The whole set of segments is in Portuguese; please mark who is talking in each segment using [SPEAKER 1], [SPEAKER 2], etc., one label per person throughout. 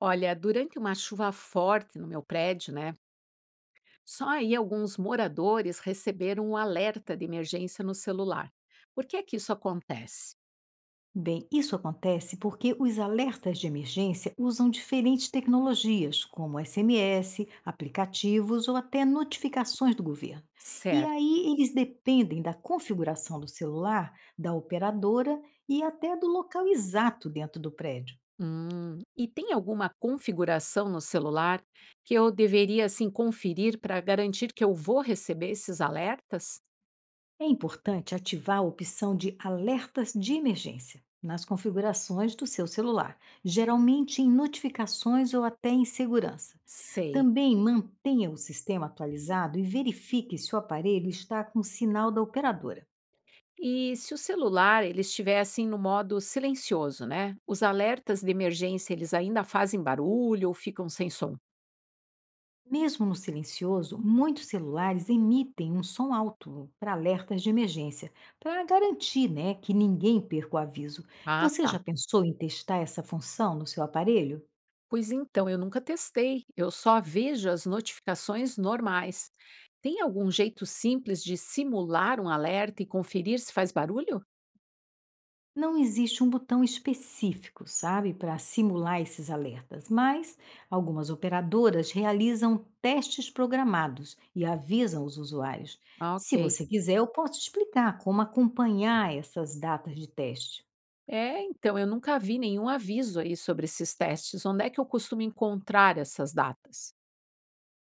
[SPEAKER 1] Olha, durante uma chuva forte no meu prédio, né? Só aí alguns moradores receberam um alerta de emergência no celular. Por que é que isso acontece?
[SPEAKER 2] Bem, isso acontece porque os alertas de emergência usam diferentes tecnologias, como SMS, aplicativos ou até notificações do governo. E
[SPEAKER 1] Certo.
[SPEAKER 2] aí eles dependem da configuração do celular, da operadora e até do local exato dentro do prédio.
[SPEAKER 1] E tem alguma configuração no celular que eu deveria assim conferir para garantir que eu vou receber esses alertas?
[SPEAKER 2] É importante ativar a opção de alertas de emergência nas configurações do seu celular, geralmente em notificações ou até em segurança.
[SPEAKER 1] Sei.
[SPEAKER 2] Também mantenha o sistema atualizado e verifique se o aparelho está com sinal da operadora.
[SPEAKER 1] E se o celular ele estiver assim no modo silencioso, né? Os alertas de emergência eles ainda fazem barulho ou ficam sem som?
[SPEAKER 2] Mesmo no silencioso, muitos celulares emitem um som alto para alertas de emergência, para garantir, né, que ninguém perca o aviso.
[SPEAKER 1] Ah,
[SPEAKER 2] Você
[SPEAKER 1] tá.
[SPEAKER 2] já pensou em testar essa função no seu aparelho?
[SPEAKER 1] Pois então, eu nunca testei, eu só vejo as notificações normais. Tem algum jeito simples de simular um alerta e conferir se faz barulho?
[SPEAKER 2] Não existe um botão específico, sabe, para simular esses alertas, mas algumas operadoras realizam testes programados e avisam os usuários.
[SPEAKER 1] Ah,
[SPEAKER 2] Se
[SPEAKER 1] ok.
[SPEAKER 2] você quiser, eu posso explicar como acompanhar essas datas de teste.
[SPEAKER 1] É, então, eu nunca vi nenhum aviso aí sobre esses testes. Onde é que eu costumo encontrar essas datas?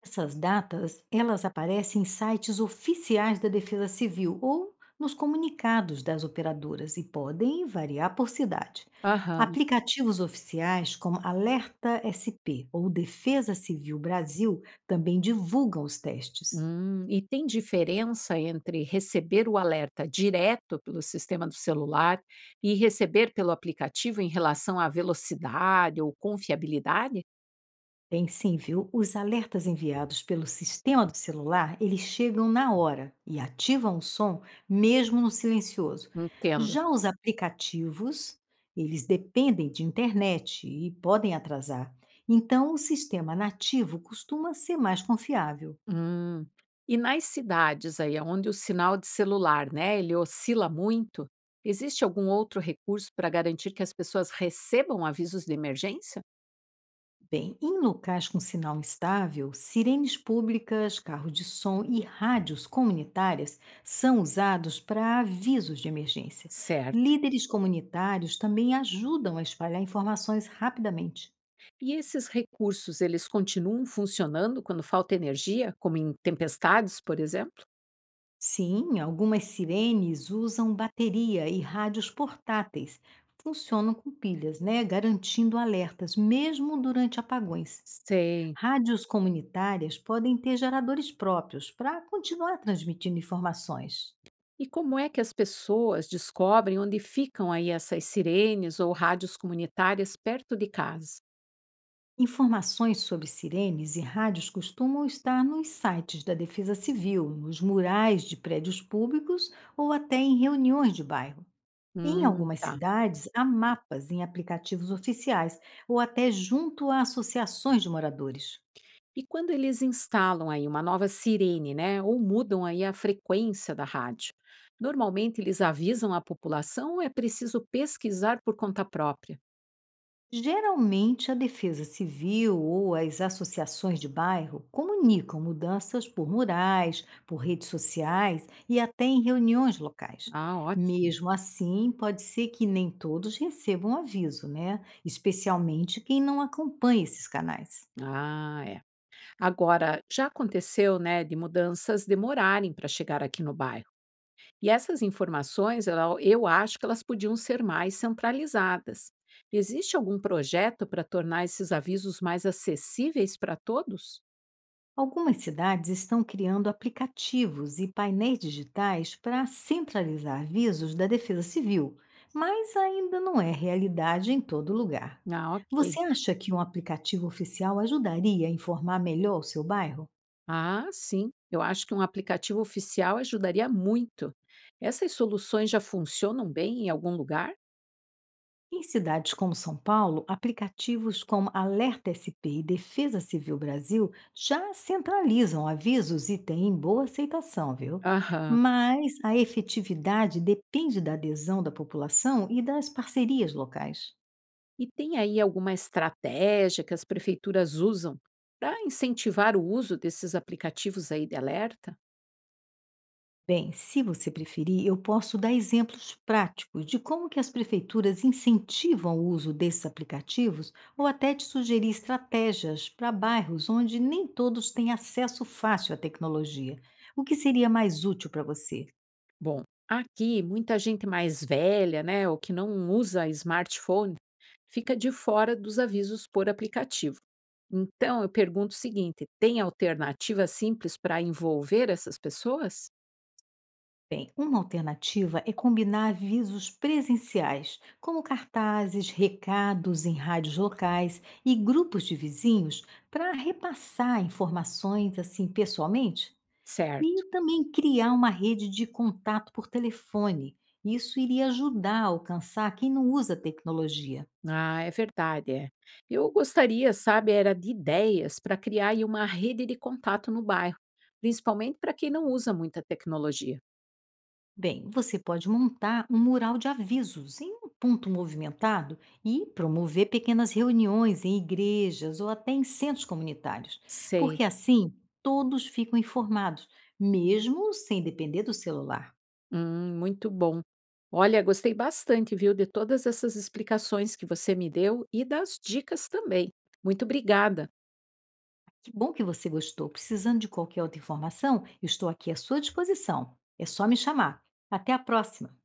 [SPEAKER 2] Essas datas, elas aparecem em sites oficiais da Defesa Civil ou nos comunicados das operadoras e podem variar por cidade.
[SPEAKER 1] Aham.
[SPEAKER 2] Aplicativos oficiais como Alerta SP ou Defesa Civil Brasil também divulgam os testes.
[SPEAKER 1] E tem diferença entre receber o alerta direto pelo sistema do celular e receber pelo aplicativo em relação à velocidade ou confiabilidade?
[SPEAKER 2] Tem sim, viu? Os alertas enviados pelo sistema do celular, eles chegam na hora e ativam o som mesmo no silencioso.
[SPEAKER 1] Entendo.
[SPEAKER 2] Já os aplicativos, eles dependem de internet e podem atrasar. Então, o sistema nativo costuma ser mais confiável.
[SPEAKER 1] Hum. E nas cidades aí, onde o sinal de celular, né, ele oscila muito, existe algum outro recurso para garantir que as pessoas recebam avisos de emergência?
[SPEAKER 2] Bem, em locais com sinal instável, sirenes públicas, carro de som e rádios comunitárias são usados para avisos de emergência.
[SPEAKER 1] Certo.
[SPEAKER 2] Líderes comunitários também ajudam a espalhar informações rapidamente.
[SPEAKER 1] E esses recursos, eles continuam funcionando quando falta energia, como em tempestades, por exemplo?
[SPEAKER 2] Sim, algumas sirenes usam bateria e rádios portáteis. Funcionam com pilhas, né? Garantindo alertas, mesmo durante apagões.
[SPEAKER 1] Sei.
[SPEAKER 2] Rádios comunitárias podem ter geradores próprios para continuar transmitindo informações.
[SPEAKER 1] E como é que as pessoas descobrem onde ficam aí essas sirenes ou rádios comunitárias perto de casa?
[SPEAKER 2] Informações sobre sirenes e rádios costumam estar nos sites da Defesa Civil, nos murais de prédios públicos ou até em reuniões de bairro. Em algumas
[SPEAKER 1] Tá.
[SPEAKER 2] cidades, há mapas em aplicativos oficiais ou até junto a associações de moradores.
[SPEAKER 1] E quando eles instalam aí uma nova sirene, né, ou mudam aí a frequência da rádio? Normalmente eles avisam a população ou é preciso pesquisar por conta própria?
[SPEAKER 2] Geralmente, a Defesa Civil ou as associações de bairro comunicam mudanças por murais, por redes sociais e até em reuniões locais.
[SPEAKER 1] Ah, ótimo.
[SPEAKER 2] Mesmo assim, pode ser que nem todos recebam aviso, né? Especialmente quem não acompanha esses canais.
[SPEAKER 1] Ah, é. Agora, já aconteceu, né, de mudanças demorarem para chegar aqui no bairro. E essas informações, eu acho que elas podiam ser mais centralizadas. Existe algum projeto para tornar esses avisos mais acessíveis para todos?
[SPEAKER 2] Algumas cidades estão criando aplicativos e painéis digitais para centralizar avisos da Defesa Civil, mas ainda não é realidade em todo lugar.
[SPEAKER 1] Ah, ok.
[SPEAKER 2] Você acha que um aplicativo oficial ajudaria a informar melhor o seu bairro?
[SPEAKER 1] Ah, sim. Eu acho que um aplicativo oficial ajudaria muito. Essas soluções já funcionam bem em algum lugar?
[SPEAKER 2] Em cidades como São Paulo, aplicativos como Alerta SP e Defesa Civil Brasil já centralizam avisos e têm boa aceitação, viu?
[SPEAKER 1] Aham.
[SPEAKER 2] Mas a efetividade depende da adesão da população e das parcerias locais.
[SPEAKER 1] E tem aí alguma estratégia que as prefeituras usam para incentivar o uso desses aplicativos aí de alerta?
[SPEAKER 2] Bem, se você preferir, eu posso dar exemplos práticos de como que as prefeituras incentivam o uso desses aplicativos ou até te sugerir estratégias para bairros onde nem todos têm acesso fácil à tecnologia. O que seria mais útil para você?
[SPEAKER 1] Bom, aqui muita gente mais velha, né, ou que não usa smartphone, fica de fora dos avisos por aplicativo. Então, eu pergunto o seguinte: tem alternativa simples para envolver essas pessoas?
[SPEAKER 2] Bem, uma alternativa é combinar avisos presenciais, como cartazes, recados em rádios locais e grupos de vizinhos, para repassar informações assim pessoalmente. E
[SPEAKER 1] Certo.
[SPEAKER 2] também criar uma rede de contato por telefone. Isso iria ajudar a alcançar quem não usa tecnologia.
[SPEAKER 1] Ah, é verdade, é. Eu gostaria, sabe, era de ideias para criar aí uma rede de contato no bairro, principalmente para quem não usa muita tecnologia.
[SPEAKER 2] Bem, você pode montar um mural de avisos em um ponto movimentado e promover pequenas reuniões em igrejas ou até em centros comunitários,
[SPEAKER 1] Sei.
[SPEAKER 2] porque assim todos ficam informados, mesmo sem depender do celular.
[SPEAKER 1] Muito bom. Olha, gostei bastante, viu, de todas essas explicações que você me deu e das dicas também. Muito obrigada.
[SPEAKER 2] Que bom que você gostou. Precisando de qualquer outra informação, eu estou aqui à sua disposição. É só me chamar. Até a próxima!